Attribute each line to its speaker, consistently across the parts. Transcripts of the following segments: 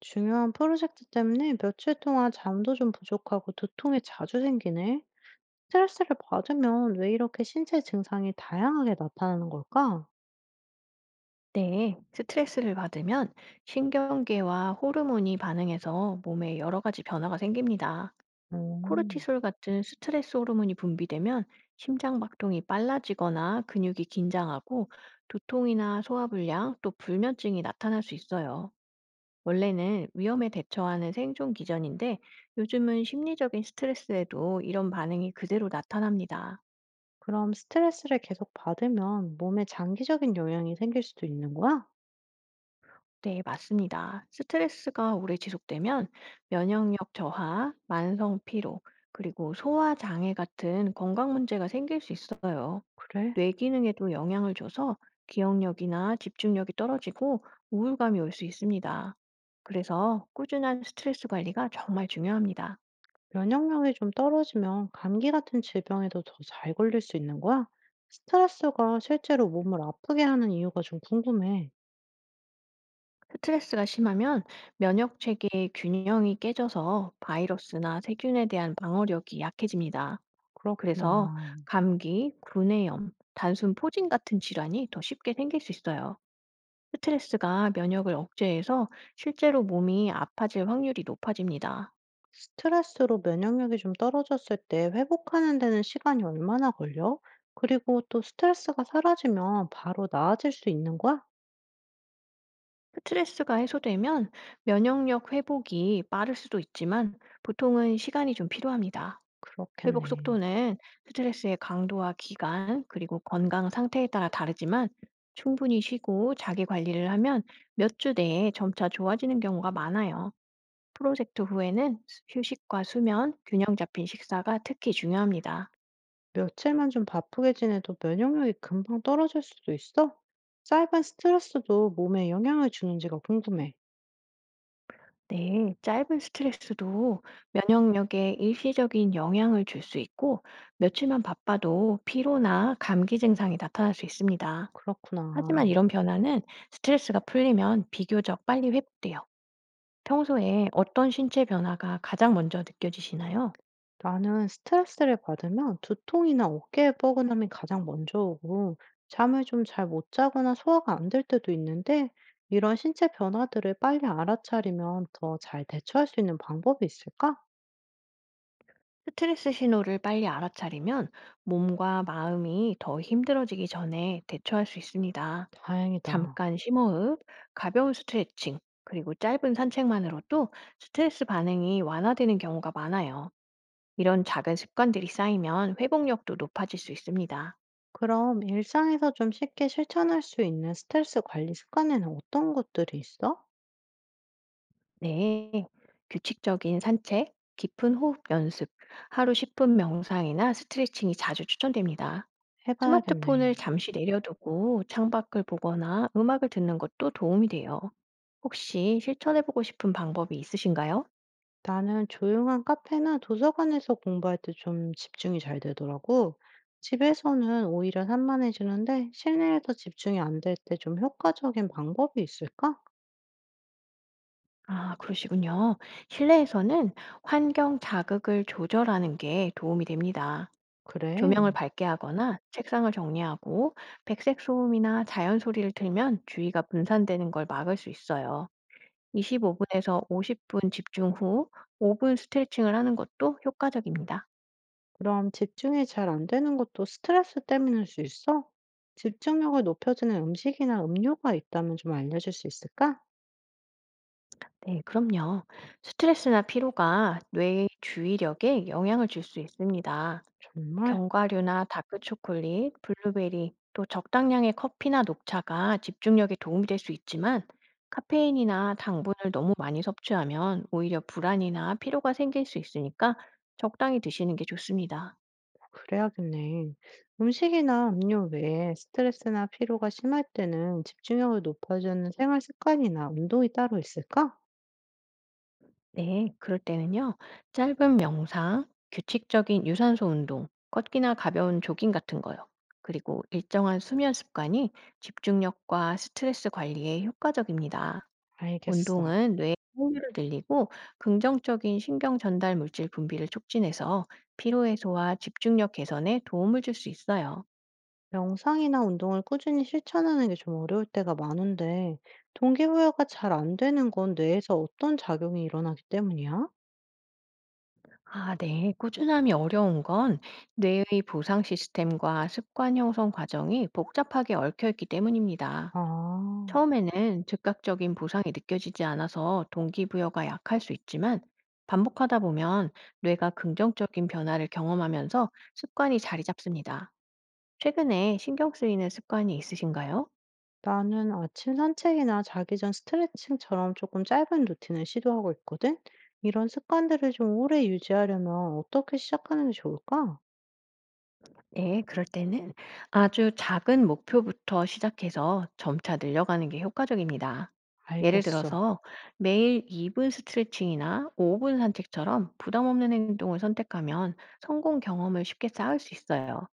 Speaker 1: 중요한 프로젝트 때문에 며칠 동안 잠도 좀 부족하고 두통이 자주 생기네. 스트레스를 받으면 왜 이렇게 신체 증상이 다양하게 나타나는 걸까?
Speaker 2: 네, 스트레스를 받으면 신경계와 호르몬이 반응해서 몸에 여러 가지 변화가 생깁니다.
Speaker 1: 음,
Speaker 2: 코르티솔 같은 스트레스 호르몬이 분비되면 심장 박동이 빨라지거나 근육이 긴장하고 두통이나 소화불량 또 불면증이 나타날 수 있어요. 원래는 위험에 대처하는 생존 기전인데 요즘은 심리적인 스트레스에도 이런 반응이 그대로 나타납니다.
Speaker 1: 그럼 스트레스를 계속 받으면 몸에 장기적인 영향이 생길 수도 있는 거야?
Speaker 2: 네, 맞습니다. 스트레스가 오래 지속되면 면역력 저하, 만성 피로, 그리고 소화 장애 같은 건강 문제가 생길 수 있어요.
Speaker 1: 그래.
Speaker 2: 뇌 기능에도 영향을 줘서 기억력이나 집중력이 떨어지고 우울감이 올 수 있습니다. 그래서 꾸준한 스트레스 관리가 정말 중요합니다.
Speaker 1: 면역력이 좀 떨어지면 감기 같은 질병에도 더 잘 걸릴 수 있는 거야? 스트레스가 실제로 몸을 아프게 하는 이유가 좀 궁금해.
Speaker 2: 스트레스가 심하면 면역 체계의 균형이 깨져서 바이러스나 세균에 대한 방어력이 약해집니다. 그래서
Speaker 1: 그렇구나.
Speaker 2: 감기, 구내염, 단순 포진 같은 질환이 더 쉽게 생길 수 있어요. 스트레스가 면역을 억제해서 실제로 몸이 아파질 확률이 높아집니다.
Speaker 1: 스트레스로 면역력이 좀 떨어졌을 때 회복하는 데는 시간이 얼마나 걸려? 그리고 또 스트레스가 사라지면 바로 나아질 수 있는 거야?
Speaker 2: 스트레스가 해소되면 면역력 회복이 빠를 수도 있지만 보통은 시간이 좀 필요합니다. 회복
Speaker 1: 그렇겠네.
Speaker 2: 속도는 스트레스의 강도와 기간, 그리고 건강 상태에 따라 다르지만 충분히 쉬고 자기 관리를 하면 몇 주 내에 점차 좋아지는 경우가 많아요. 프로젝트 후에는 휴식과 수면, 균형 잡힌 식사가 특히 중요합니다.
Speaker 1: 며칠만 좀 바쁘게 지내도 면역력이 금방 떨어질 수도 있어? 짧은 스트레스도 몸에 영향을 주는지가 궁금해.
Speaker 2: 네, 짧은 스트레스도 면역력에 일시적인 영향을 줄 수 있고, 며칠만 바빠도 피로나 감기 증상이 나타날 수 있습니다.
Speaker 1: 그렇구나.
Speaker 2: 하지만 이런 변화는 스트레스가 풀리면 비교적 빨리 회복돼요. 평소에 어떤 신체 변화가 가장 먼저 느껴지시나요?
Speaker 1: 나는 스트레스를 받으면 두통이나 어깨에 뻐근함이 가장 먼저 오고, 잠을 좀 잘 못 자거나 소화가 안 될 때도 있는데, 이런 신체 변화들을 빨리 알아차리면 더 잘 대처할 수 있는 방법이 있을까?
Speaker 2: 스트레스 신호를 빨리 알아차리면 몸과 마음이 더 힘들어지기 전에 대처할 수 있습니다.
Speaker 1: 다행이다.
Speaker 2: 잠깐 심호흡, 가벼운 스트레칭, 그리고 짧은 산책만으로도 스트레스 반응이 완화되는 경우가 많아요. 이런 작은 습관들이 쌓이면 회복력도 높아질 수 있습니다.
Speaker 1: 그럼 일상에서 좀 쉽게 실천할 수 있는 스트레스 관리 습관에는 어떤 것들이 있어?
Speaker 2: 네. 규칙적인 산책, 깊은 호흡 연습, 하루 10분 명상이나 스트레칭이 자주 추천됩니다.
Speaker 1: 해봐야겠네.
Speaker 2: 스마트폰을 잠시 내려두고 창밖을 보거나 음악을 듣는 것도 도움이 돼요. 혹시 실천해보고 싶은 방법이 있으신가요?
Speaker 1: 나는 조용한 카페나 도서관에서 공부할 때 좀 집중이 잘 되더라고. 집에서는 오히려 산만해지는데 실내에서 집중이 안 될 때 좀 효과적인 방법이 있을까?
Speaker 2: 아, 그러시군요. 실내에서는 환경 자극을 조절하는 게 도움이 됩니다. 조명을
Speaker 1: 그래.
Speaker 2: 밝게 하거나 책상을 정리하고 백색 소음이나 자연 소리를 틀면 주의가 분산되는 걸 막을 수 있어요. 25분에서 50분 집중 후 5분 스트레칭을 하는 것도 효과적입니다.
Speaker 1: 그럼 집중이 잘 안 되는 것도 스트레스 때문일 수 있어? 집중력을 높여주는 음식이나 음료가 있다면 좀 알려줄 수 있을까?
Speaker 2: 네, 그럼요. 스트레스나 피로가 뇌의 주의력에 영향을 줄 수 있습니다.
Speaker 1: 정말?
Speaker 2: 견과류나 다크 초콜릿, 블루베리, 또 적당량의 커피나 녹차가 집중력에 도움이 될 수 있지만 카페인이나 당분을 너무 많이 섭취하면 오히려 불안이나 피로가 생길 수 있으니까 적당히 드시는 게 좋습니다.
Speaker 1: 그래야겠네. 음식이나 음료 외에 스트레스나 피로가 심할 때는 집중력을 높여주는 생활 습관이나 운동이 따로 있을까?
Speaker 2: 네, 그럴 때는요. 짧은 명상, 규칙적인 유산소 운동, 걷기나 가벼운 조깅 같은 거요. 그리고 일정한 수면 습관이 집중력과 스트레스 관리에 효과적입니다.
Speaker 1: 알겠어.
Speaker 2: 운동은 뇌의 활류를 늘리고 긍정적인 신경 전달 물질 분비를 촉진해서 피로 해소와 집중력 개선에 도움을 줄 수 있어요.
Speaker 1: 명상이나 운동을 꾸준히 실천하는 게 좀 어려울 때가 많은데, 동기부여가 잘 안 되는 건 뇌에서 어떤 작용이 일어나기 때문이야?
Speaker 2: 아, 네. 꾸준함이 어려운 건 뇌의 보상 시스템과 습관 형성 과정이 복잡하게 얽혀 있기 때문입니다.
Speaker 1: 아,
Speaker 2: 처음에는 즉각적인 보상이 느껴지지 않아서 동기부여가 약할 수 있지만 반복하다 보면 뇌가 긍정적인 변화를 경험하면서 습관이 자리 잡습니다. 최근에 신경 쓰이는 습관이 있으신가요?
Speaker 1: 나는 아침 산책이나 자기 전 스트레칭처럼 조금 짧은 루틴을 시도하고 있거든? 이런 습관들을 좀 오래 유지하려면 어떻게 시작하는 게 좋을까?
Speaker 2: 네, 그럴 때는 아주 작은 목표부터 시작해서 점차 늘려가는 게 효과적입니다. 예를
Speaker 1: 알겠어.
Speaker 2: 들어서 매일 2분 스트레칭이나 5분 산책처럼 부담 없는 행동을 선택하면 성공 경험을 쉽게 쌓을 수 있어요.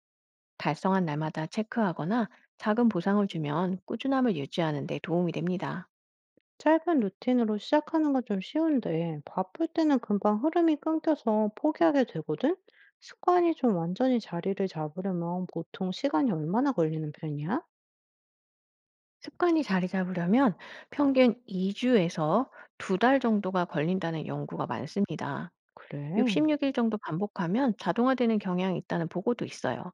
Speaker 2: 달성한 날마다 체크하거나 작은 보상을 주면 꾸준함을 유지하는 데 도움이 됩니다.
Speaker 1: 짧은 루틴으로 시작하는 건 좀 쉬운데, 바쁠 때는 금방 흐름이 끊겨서 포기하게 되거든? 습관이 좀 완전히 자리를 잡으려면 보통 시간이 얼마나 걸리는 편이야?
Speaker 2: 습관이 자리 잡으려면 평균 2주에서 2달 정도가 걸린다는 연구가 많습니다.
Speaker 1: 그래.
Speaker 2: 66일 정도 반복하면 자동화되는 경향이 있다는 보고도 있어요.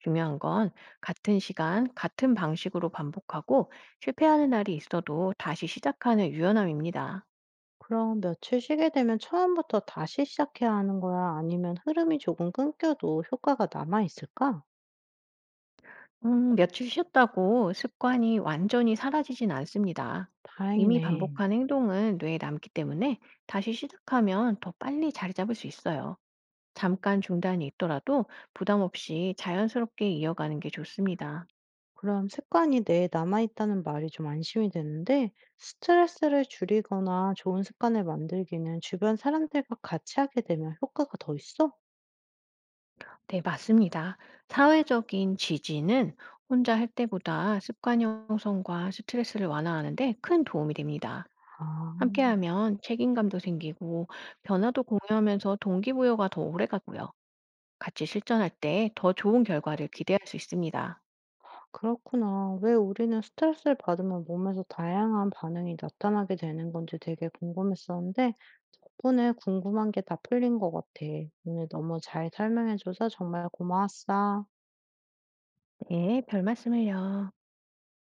Speaker 2: 중요한 건 같은 시간, 같은 방식으로 반복하고 실패하는 날이 있어도 다시 시작하는 유연함입니다.
Speaker 1: 그럼 며칠 쉬게 되면 처음부터 다시 시작해야 하는 거야? 아니면 흐름이 조금 끊겨도 효과가 남아 있을까?
Speaker 2: 며칠 쉬었다고 습관이 완전히 사라지진 않습니다. 이미
Speaker 1: 다행이네.
Speaker 2: 반복한 행동은 뇌에 남기 때문에 다시 시작하면 더 빨리 자리 잡을 수 있어요. 잠깐 중단이 있더라도 부담 없이 자연스럽게 이어가는 게 좋습니다.
Speaker 1: 그럼 습관이 뇌에 남아있다는 말이 좀 안심이 되는데, 스트레스를 줄이거나 좋은 습관을 만들기는 주변 사람들과 같이 하게 되면 효과가 더 있어?
Speaker 2: 네, 맞습니다. 사회적인 지지는 혼자 할 때보다 습관 형성과 스트레스를 완화하는데 큰 도움이 됩니다.
Speaker 1: 아,
Speaker 2: 함께하면 책임감도 생기고 변화도 공유하면서 동기부여가 더 오래 가고요. 같이 실천할 때 더 좋은 결과를 기대할 수 있습니다.
Speaker 1: 그렇구나. 왜 우리는 스트레스를 받으면 몸에서 다양한 반응이 나타나게 되는 건지 되게 궁금했었는데, 덕분에 궁금한 게 다 풀린 것 같아. 오늘 너무 잘 설명해줘서 정말 고마웠어.
Speaker 2: 네, 별 말씀을요.